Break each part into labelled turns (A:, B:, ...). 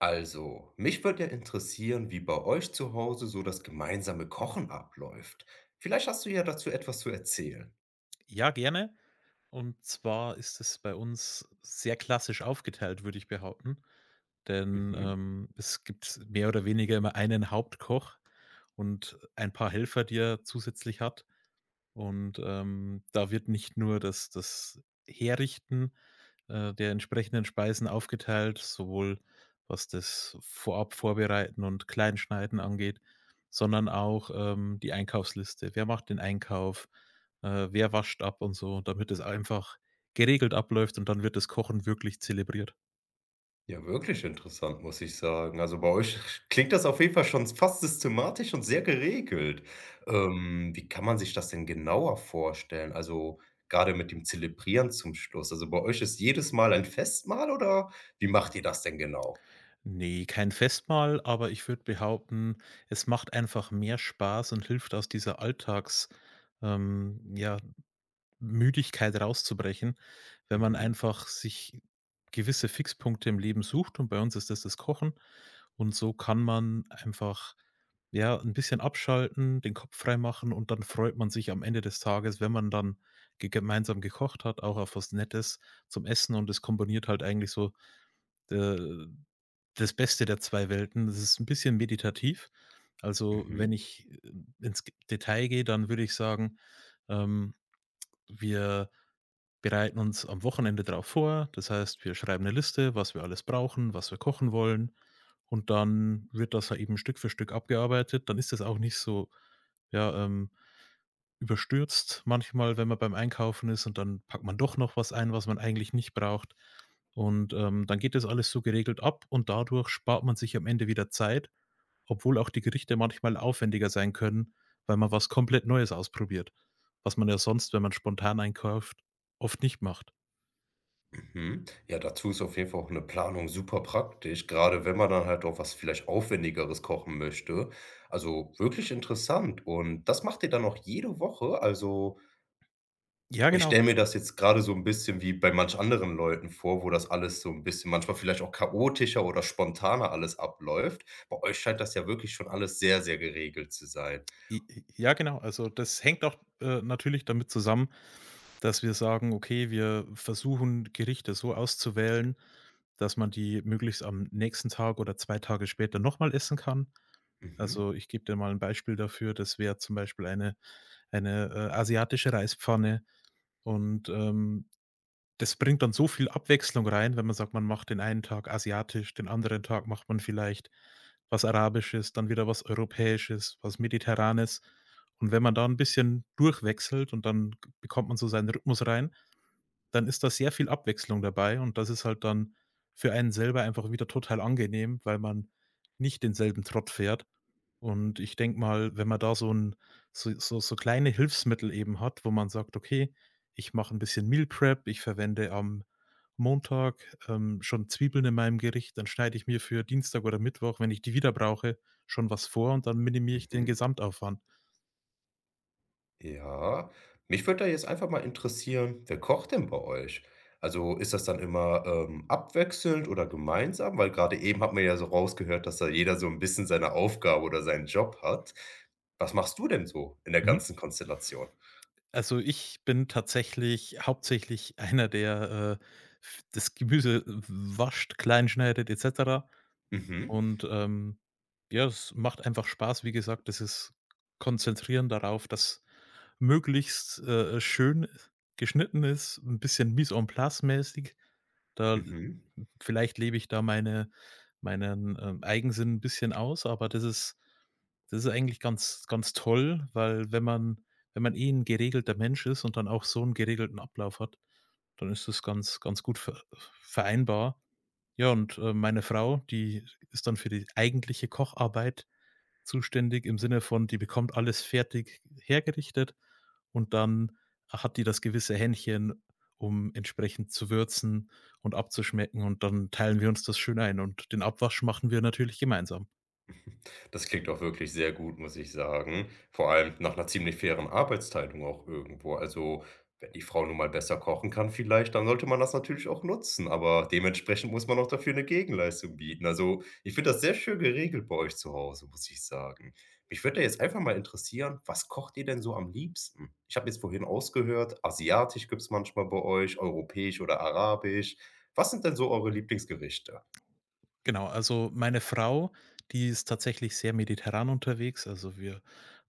A: Also, mich würde ja interessieren, wie bei euch zu Hause so das gemeinsame Kochen abläuft. Vielleicht hast du ja dazu etwas zu erzählen.
B: Ja, gerne. Und zwar ist es bei uns sehr klassisch aufgeteilt, würde ich behaupten. Denn,
A: Mhm.
B: es gibt mehr oder weniger immer einen Hauptkoch und ein paar Helfer, die er zusätzlich hat. Und da wird nicht nur das Herrichten der entsprechenden Speisen aufgeteilt, sowohl was das vorab Vorbereiten und Kleinschneiden angeht, sondern auch die Einkaufsliste. Wer macht den Einkauf? Wer wascht ab und so, damit es einfach geregelt abläuft, und dann wird das Kochen wirklich zelebriert.
A: Ja, wirklich interessant, muss ich sagen. Also bei euch klingt das auf jeden Fall schon fast systematisch und sehr geregelt. Wie kann man sich das denn genauer vorstellen? Also gerade mit dem Zelebrieren zum Schluss. Also bei euch ist jedes Mal ein Festmahl oder wie macht ihr das denn genau?
B: Ne, kein Festmahl, aber ich würde behaupten, es macht einfach mehr Spaß und hilft, aus dieser Alltags ähm, ja, Müdigkeit rauszubrechen, wenn man
A: Mhm.
B: einfach sich gewisse Fixpunkte im Leben sucht, und bei uns ist das Kochen. Und so kann man einfach, ja, ein bisschen abschalten, den Kopf frei machen, und dann freut man sich am Ende des Tages, wenn man dann ge gemeinsam gekocht hat, auch auf was Nettes zum Essen. Und es kombiniert halt eigentlich so, äh, das Beste der 2 Welten. Das ist ein bisschen meditativ. Also, wenn
A: Mhm.
B: ich ins Detail gehe, dann würde ich sagen, ähm, wir bereiten uns am Wochenende darauf vor. Das heißt, wir schreiben eine Liste, was wir alles brauchen, was wir kochen wollen, und dann wird das ja eben Stück für Stück abgearbeitet. Dann ist das auch nicht so, ja, ähm, überstürzt manchmal, wenn man beim Einkaufen ist und dann packt man doch noch was ein, was man eigentlich nicht braucht. Und dann geht das alles so geregelt ab und dadurch spart man sich am Ende wieder Zeit, obwohl auch die Gerichte manchmal aufwendiger sein können, weil man was komplett Neues ausprobiert, was man ja sonst, wenn man spontan einkauft, oft nicht macht.
A: Mhm. Ja, dazu ist auf jeden Fall auch 'ne Planung super praktisch, gerade wenn man dann halt auch was vielleicht Aufwendigeres kochen möchte. Also, wirklich interessant und das macht ihr dann auch jede Woche? Also,
B: Ja,
A: ich
B: genau.
A: stelle mir das jetzt gerade so ein bisschen wie bei manch anderen Leuten vor, wo das alles so ein bisschen manchmal vielleicht auch chaotischer oder spontaner alles abläuft. Bei euch scheint das ja wirklich schon alles sehr, sehr geregelt zu sein.
B: I i Ja, genau. Also, das hängt auch natürlich damit zusammen, dass wir sagen: „Okay, wir versuchen, Gerichte so auszuwählen, dass man die möglichst am nächsten Tag oder 2 Tage später nochmal essen kann.“
A: Mhm,
B: Also, ich gebe dir mal ein Beispiel dafür. Das wäre zum Beispiel eine asiatische Reispfanne, und das bringt dann so viel Abwechslung rein, wenn man sagt, man macht den einen Tag asiatisch, den anderen Tag macht man vielleicht was Arabisches, dann wieder was Europäisches, was Mediterranes. Und wenn man da ein bisschen durchwechselt und dann g bekommt man so seinen Rhythmus rein, dann ist da sehr viel Abwechslung dabei, und das ist halt dann für einen selber einfach wieder total angenehm, weil man nicht denselben Trott fährt. Und ich denke mal, wenn man da so ein so kleine Hilfsmittel eben hat, wo man sagt: „Okay, ich mache ein bisschen Meal Prep, ich verwende am Montag, schon Zwiebeln in meinem Gericht, dann schneide ich mir für Dienstag oder Mittwoch, wenn ich die wieder brauche, schon was vor, und dann minimiere ich den
A: mhm.
B: Gesamtaufwand.“
A: Ja, mich würde da jetzt einfach mal interessieren, wer kocht denn bei euch? Also ist das dann immer abwechselnd oder gemeinsam? Weil gerade eben hat man ja so rausgehört, dass da jeder so ein bisschen seine Aufgabe oder seinen Job hat. Was machst du denn so in der
B: Mhm.
A: ganzen Konstellation?
B: Also, ich bin tatsächlich hauptsächlich einer, der, f das Gemüse wascht, klein schneidet et cetera.
A: Mhm,
B: Und, ja, es macht einfach Spaß, wie gesagt, das ist Konzentrieren darauf, dass möglichst schön geschnitten ist, ein bisschen mise en place mäßig. Da
A: mhm.
B: Vielleicht lebe ich da meinen Eigensinn ein bisschen aus, aber das ist eigentlich ganz ganz toll, weil wenn man eh 'n geregelter Mensch ist und dann auch so einen geregelten Ablauf hat, dann ist das ganz ganz gut vereinbar. Ja, und meine Frau, die ist dann für die eigentliche Kocharbeit zuständig, im Sinne von, die bekommt alles fertig hergerichtet, und dann hat die das gewisse Händchen, um entsprechend zu würzen und abzuschmecken, und dann teilen wir uns das schön ein, und den Abwasch machen wir natürlich gemeinsam.
A: Das klingt auch wirklich sehr gut, muss ich sagen. Vor allem nach einer ziemlich fairen Arbeitsteilung auch irgendwo. Also, wenn die Frau nun mal besser kochen kann vielleicht, dann sollte man das natürlich auch nutzen, aber dementsprechend muss man auch dafür eine Gegenleistung bieten. Also, ich finde das sehr schön geregelt bei euch zu Hause, muss ich sagen. Mich würde jetzt einfach mal interessieren, was kocht ihr denn so am liebsten? Ich habe jetzt vorhin ausgehört, asiatisch gibt's manchmal bei euch, europäisch oder arabisch. Was sind denn so eure Lieblingsgerichte?
B: Genau, also meine Frau, die ist tatsächlich sehr mediterran unterwegs, also wir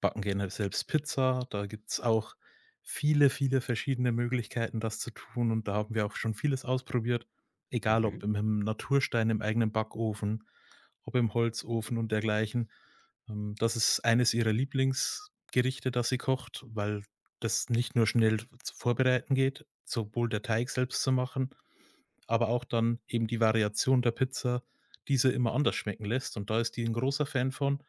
B: backen gerne selbst Pizza, da gibt's auch viele, viele verschiedene Möglichkeiten, das zu tun, und da haben wir auch schon vieles ausprobiert, egal ob
A: Mhm.
B: im Naturstein, im eigenen Backofen, ob im Holzofen und dergleichen. Das ist eines ihrer Lieblingsgerichte, das sie kocht, weil das nicht nur schnell zu vorbereiten geht, sowohl der Teig selbst zu machen, aber auch dann eben die Variation der Pizza, diese immer anders schmecken lässt. Und da ist die ein großer Fan von.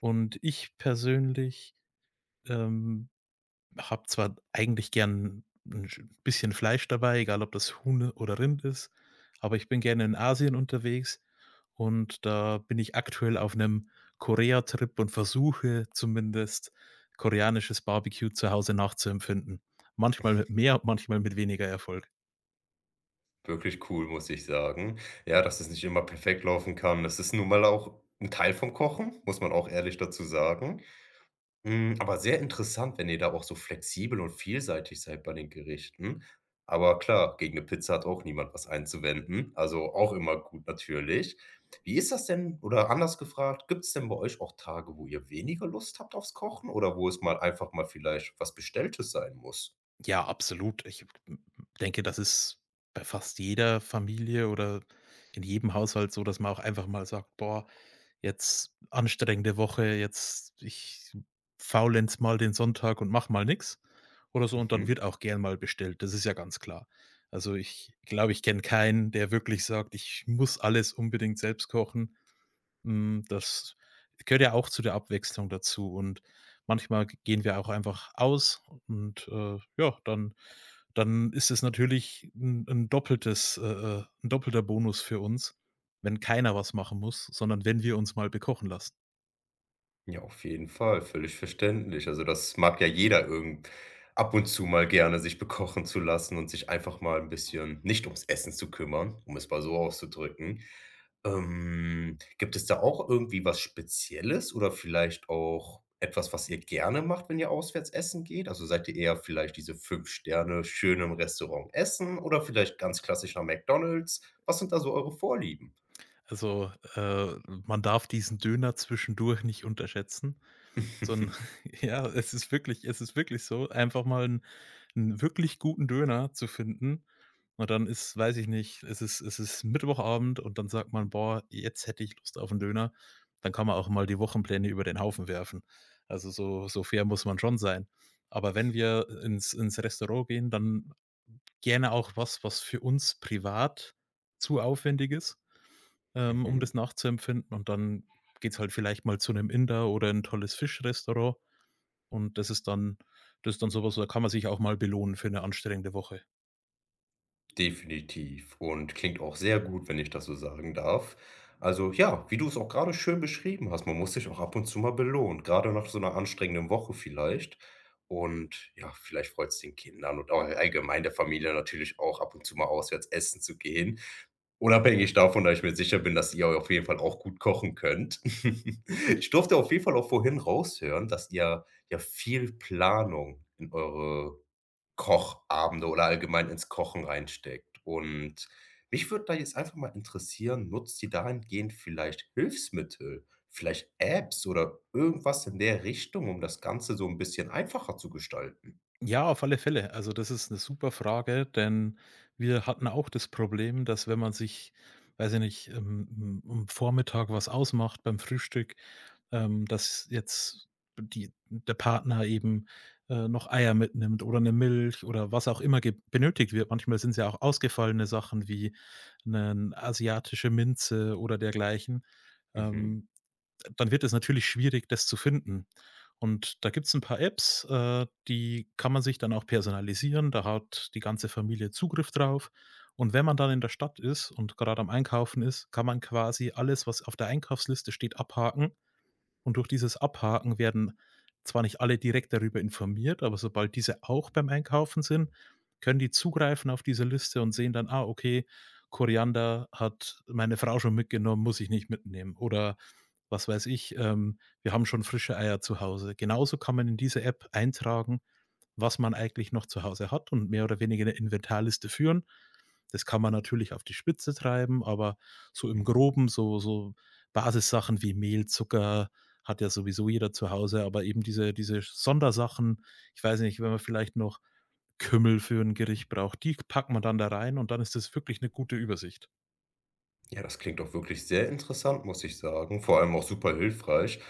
B: Und ich persönlich, ähm, habe zwar eigentlich gern ein sch bisschen Fleisch dabei, egal ob das Huhn oder Rind ist, aber ich bin gerne in Asien unterwegs, und da bin ich aktuell auf einem Korea-Trip und versuche zumindest koreanisches Barbecue zu Hause nachzuempfinden. Manchmal mit mehr, manchmal mit weniger Erfolg.
A: Wirklich cool, muss ich sagen. Ja, dass es nicht immer perfekt laufen kann. Das ist nun mal auch ein Teil vom Kochen, muss man auch ehrlich dazu sagen. Hm, aber sehr interessant, wenn ihr da auch so flexibel und vielseitig seid bei den Gerichten. Aber klar, gegen eine Pizza hat auch niemand was einzuwenden, also auch immer gut natürlich. Wie ist das denn oder anders gefragt, gibt es denn bei euch auch Tage, wo ihr weniger Lust habt aufs Kochen oder wo es mal einfach mal vielleicht was Bestelltes sein muss?
B: Ja, absolut. Ich denke, das ist bei fast jeder Familie oder in jedem Haushalt so, dass man auch einfach mal sagt: „Boah, jetzt anstrengende Woche, jetzt ich faulenze mal den Sonntag und mache mal nix“, oder so, und dann
A: Mhm.
B: wird auch gern mal bestellt. Das ist ja ganz klar. Also, ich glaube, ich kenne keinen, der wirklich sagt: „Ich muss alles unbedingt selbst kochen.“ Das gehört ja auch zu der Abwechslung dazu, und manchmal g gehen wir auch einfach aus, und ja, dann ist es natürlich ein 'n doppeltes 'n doppelter Bonus für uns, wenn keiner was machen muss, sondern wenn wir uns mal bekochen lassen.
A: Ja, auf jeden Fall, völlig verständlich. Also, das mag ja jeder irgend ab und zu mal gerne sich bekochen zu lassen und sich einfach mal ein bisschen nicht ums Essen zu kümmern, um es mal so auszudrücken. Gibt es da auch irgendwie was Spezielles oder vielleicht auch etwas, was ihr gerne macht, wenn ihr auswärts essen geht? Also, seid ihr eher vielleicht diese 5 Sterne schön im Restaurant essen oder vielleicht ganz klassisch nach McDonald's? Was sind da so eure Vorlieben?
B: Also man darf diesen Döner zwischendurch nicht unterschätzen. So 'n ja, es ist wirklich, es ist wirklich so, einfach mal 'n wirklich guten Döner zu finden. Und dann ist, weiß ich nicht, es ist, es ist Mittwochabend, und dann sagt man: „Boah, jetzt hätte ich Lust auf 'n Döner.“ Dann kann man auch mal die Wochenpläne über den Haufen werfen. Also, so so fair muss man schon sein. Aber wenn wir ins Restaurant gehen, dann gerne auch was, was für uns privat zu aufwendig ist, um
A: Mhm.
B: das nachzuempfinden. Und dann geht's halt vielleicht mal zu 'nem Inder oder 'n tolles Fischrestaurant. Und das ist dann sowas, was, da kann man sich auch mal belohnen für eine anstrengende Woche.
A: Definitiv und klingt auch sehr gut, wenn ich das so sagen darf. Also ja, wie du es auch gerade schön beschrieben hast, man muss sich auch ab und zu mal belohnen, gerade nach so einer anstrengenden Woche vielleicht. Und ja, vielleicht freut es den Kindern und allgemein der Familie natürlich auch, ab und zu mal auswärts essen zu gehen. Unabhängig davon, da ich mir sicher bin, dass ihr auf jeden Fall auch gut kochen könnt. Ich durfte auf jeden Fall auch vorhin raushören, dass ihr ja viel Planung in eure Kochabende oder allgemein ins Kochen reinsteckt. Und mich würde da jetzt einfach mal interessieren, nutzt ihr dahingehend vielleicht Hilfsmittel, vielleicht Apps oder irgendwas in der Richtung, um das Ganze so ein bisschen einfacher zu gestalten?
B: Ja, auf alle Fälle. Also, das ist eine super Frage, denn wir hatten auch das Problem, dass wenn man sich, weiß ich nicht, am Vormittag was ausmacht beim Frühstück, dass jetzt die der Partner eben noch Eier mitnimmt oder eine Milch oder was auch immer ge benötigt wird. Manchmal sind es ja auch ausgefallene Sachen wie eine asiatische Minze oder dergleichen.
A: Mhm,
B: Ähm Dann wird es natürlich schwierig, das zu finden. Und da gibt's ein paar Apps die kann man sich dann auch personalisieren. Da hat die ganze Familie Zugriff drauf. Und wenn man dann in der Stadt ist und gerade am Einkaufen ist, kann man quasi alles, was auf der Einkaufsliste steht, abhaken, und durch dieses Abhaken werden zwar nicht alle direkt darüber informiert, aber sobald diese auch beim Einkaufen sind, können die zugreifen auf diese Liste und sehen dann: „Ah, okay, Koriander hat meine Frau schon mitgenommen, muss ich nicht mitnehmen.“ Oder, was weiß ich, „Wir haben schon frische Eier zu Hause.“ Genauso kann man in diese App eintragen, was man eigentlich noch zu Hause hat, und mehr oder weniger 'ne Inventarliste führen. Das kann man natürlich auf die Spitze treiben, aber so im
A: mhm.
B: Groben, Basissachen wie Mehl, Zucker, hat ja sowieso jeder zu Hause, aber eben diese Sondersachen, ich weiß nicht, wenn man vielleicht noch Kümmel für ein Gericht braucht, die packt man dann da rein, und dann ist das wirklich eine gute Übersicht.
A: Ja, das klingt doch wirklich sehr interessant, muss ich sagen, vor allem auch super hilfreich.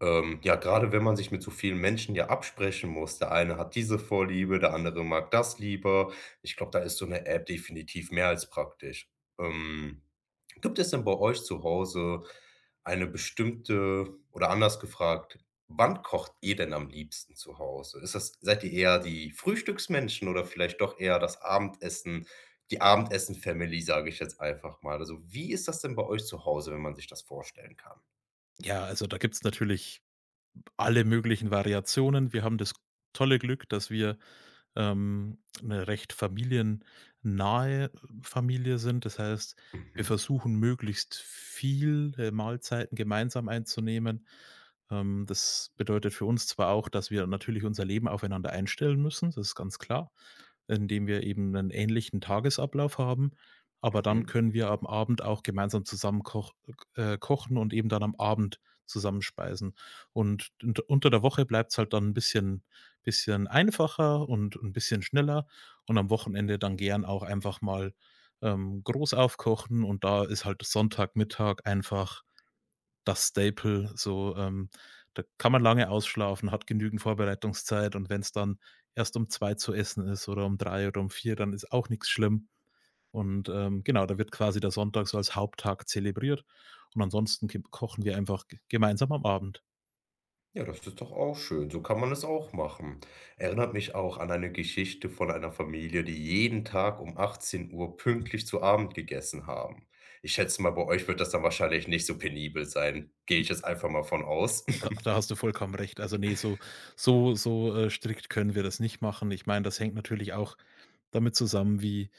A: Ja, gerade wenn man sich mit so vielen Menschen ja absprechen muss. Der eine hat diese Vorliebe, der andere mag das lieber. Ich glaube, da ist so eine App definitiv mehr als praktisch. Ähm Gibt es denn bei euch zu Hause eine bestimmte oder anders gefragt, wann kocht ihr denn am liebsten zu Hause? Ist das seid ihr eher die Frühstücksmenschen oder vielleicht doch eher das Abendessen die Abendessen-Family, sage ich jetzt einfach mal. Also, wie ist das denn bei euch zu Hause, wenn man sich das vorstellen kann?
B: Ja, also da gibt's natürlich alle möglichen Variationen. Wir haben das tolle Glück, dass wir, 'ne recht familiennahe Familie sind. Das heißt, wir
A: Mhm.
B: versuchen möglichst viel Mahlzeiten gemeinsam einzunehmen. Das bedeutet für uns zwar auch, dass wir natürlich unser Leben aufeinander einstellen müssen, das ist ganz klar, indem wir eben einen ähnlichen Tagesablauf haben, aber dann
A: Mhm.
B: können wir am Abend auch gemeinsam zusammen kochen und eben dann am Abend zusammenspeisen. Und unter der Woche bleibt's halt dann ein bisschen einfacher und ein bisschen schneller, und am Wochenende dann gern auch einfach mal, groß aufkochen, und da ist halt Sonntagmittag einfach das Staple so, da kann man lange ausschlafen, hat genügend Vorbereitungszeit, und wenn es dann erst um 2 zu essen ist oder um 3 oder um 4, dann ist auch nichts schlimm. Und, genau, da wird quasi der Sonntag so als Haupttag zelebriert, und ansonsten gib kochen wir einfach g gemeinsam am Abend.
A: Ja, das ist doch auch schön. So kann man es auch machen. Erinnert mich auch an eine Geschichte von einer Familie, die jeden Tag um 18 Uhr pünktlich zu Abend gegessen haben. Ich schätze mal, bei euch wird das dann wahrscheinlich nicht so penibel sein. Gehe ich jetzt einfach mal von aus.
B: Da da hast du vollkommen recht. Also, ne, so strikt können wir das nicht machen. Ich meine, das hängt natürlich auch damit zusammen, wie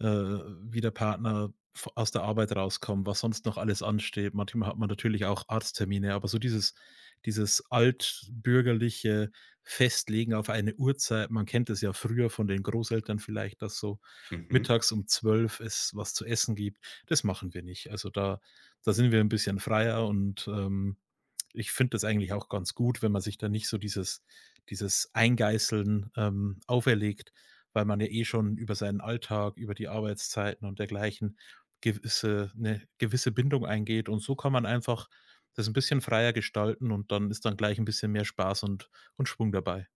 B: wie der Partner v aus der Arbeit rauskommt, was sonst noch alles ansteht. Manchmal hat man natürlich auch Arzttermine, aber so dieses, altbürgerliche Festlegen auf eine Uhrzeit, man kennt es ja früher von den Großeltern vielleicht, dass so
A: Mhm.
B: mittags um 12 es was zu essen gibt, das machen wir nicht. Also, da sind wir ein bisschen freier, und ich finde das eigentlich auch ganz gut, wenn man sich da nicht so dieses, Eingeißeln, auferlegt, weil man ja eh schon über seinen Alltag, über die Arbeitszeiten und dergleichen gewisse 'ne gewisse Bindung eingeht, und so kann man einfach das ein bisschen freier gestalten, und dann ist dann gleich ein bisschen mehr Spaß und Schwung dabei.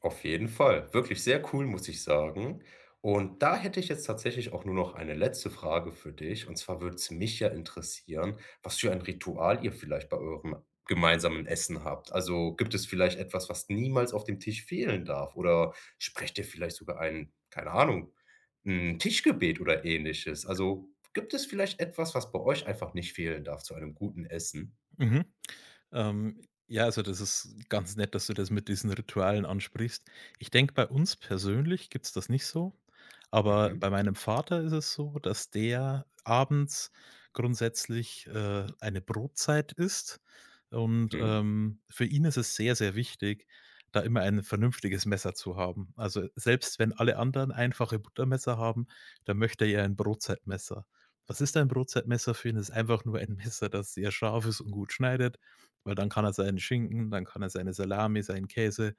A: Auf jeden Fall. Wirklich sehr cool, muss ich sagen. Und da hätte ich jetzt tatsächlich auch nur noch eine letzte Frage für dich. Und zwar würde es mich ja interessieren, was für ein Ritual ihr vielleicht bei eurem gemeinsamen Essen habt. Also gibt es vielleicht etwas, was niemals auf dem Tisch fehlen darf? Oder sprecht ihr vielleicht sogar ein, keine Ahnung, ein Tischgebet oder ähnliches? Also gibt es vielleicht etwas, was bei euch einfach nicht fehlen darf zu einem guten Essen?
B: Mhm. Ja, also das ist ganz nett, dass du das mit diesen Ritualen ansprichst. Ich denke, bei uns persönlich gibt's das nicht so, aber
A: Mhm.
B: bei meinem Vater ist es so, dass der abends grundsätzlich eine Brotzeit isst, und,
A: Mhm.
B: für ihn ist es sehr, sehr wichtig, da immer ein vernünftiges Messer zu haben. Also, selbst wenn alle anderen einfache Buttermesser haben, dann möchte er ein Brotzeitmesser. Was ist ein Brotzeitmesser für ihn? Es ist einfach nur ein Messer, das sehr scharf ist und gut schneidet, weil dann kann er seinen Schinken, dann kann er seine Salami, seinen Käse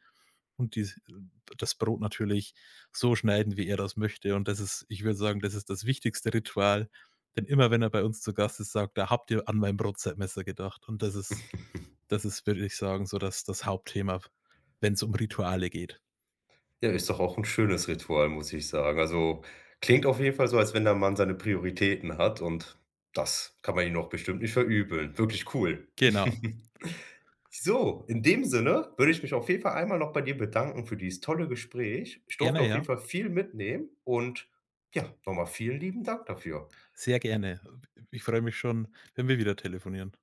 B: und dies das Brot natürlich so schneiden, wie er das möchte. Und das ist, ich würde sagen, das ist das wichtigste Ritual, denn immer wenn er bei uns zu Gast ist, sagt er: „Habt ihr an mein Brotzeitmesser gedacht?“ Und das ist das ist, würde ich sagen, so das Hauptthema, wenn es um Rituale geht.
A: Ja, ist doch auch 'n schönes Ritual, muss ich sagen. Also, klingt auf jeden Fall so, als wenn der Mann seine Prioritäten hat und das kann man ihm doch bestimmt nicht verübeln. Wirklich cool.
B: Genau.
A: So, in dem Sinne würde ich mich auf jeden Fall einmal noch bei dir bedanken für dieses tolle Gespräch. Ich durfte
B: Gerne,
A: auf
B: ja.
A: jeden Fall viel mitnehmen und ja, noch mal vielen lieben Dank dafür.
B: Sehr gerne. Ich freue mich schon, wenn wir wieder telefonieren.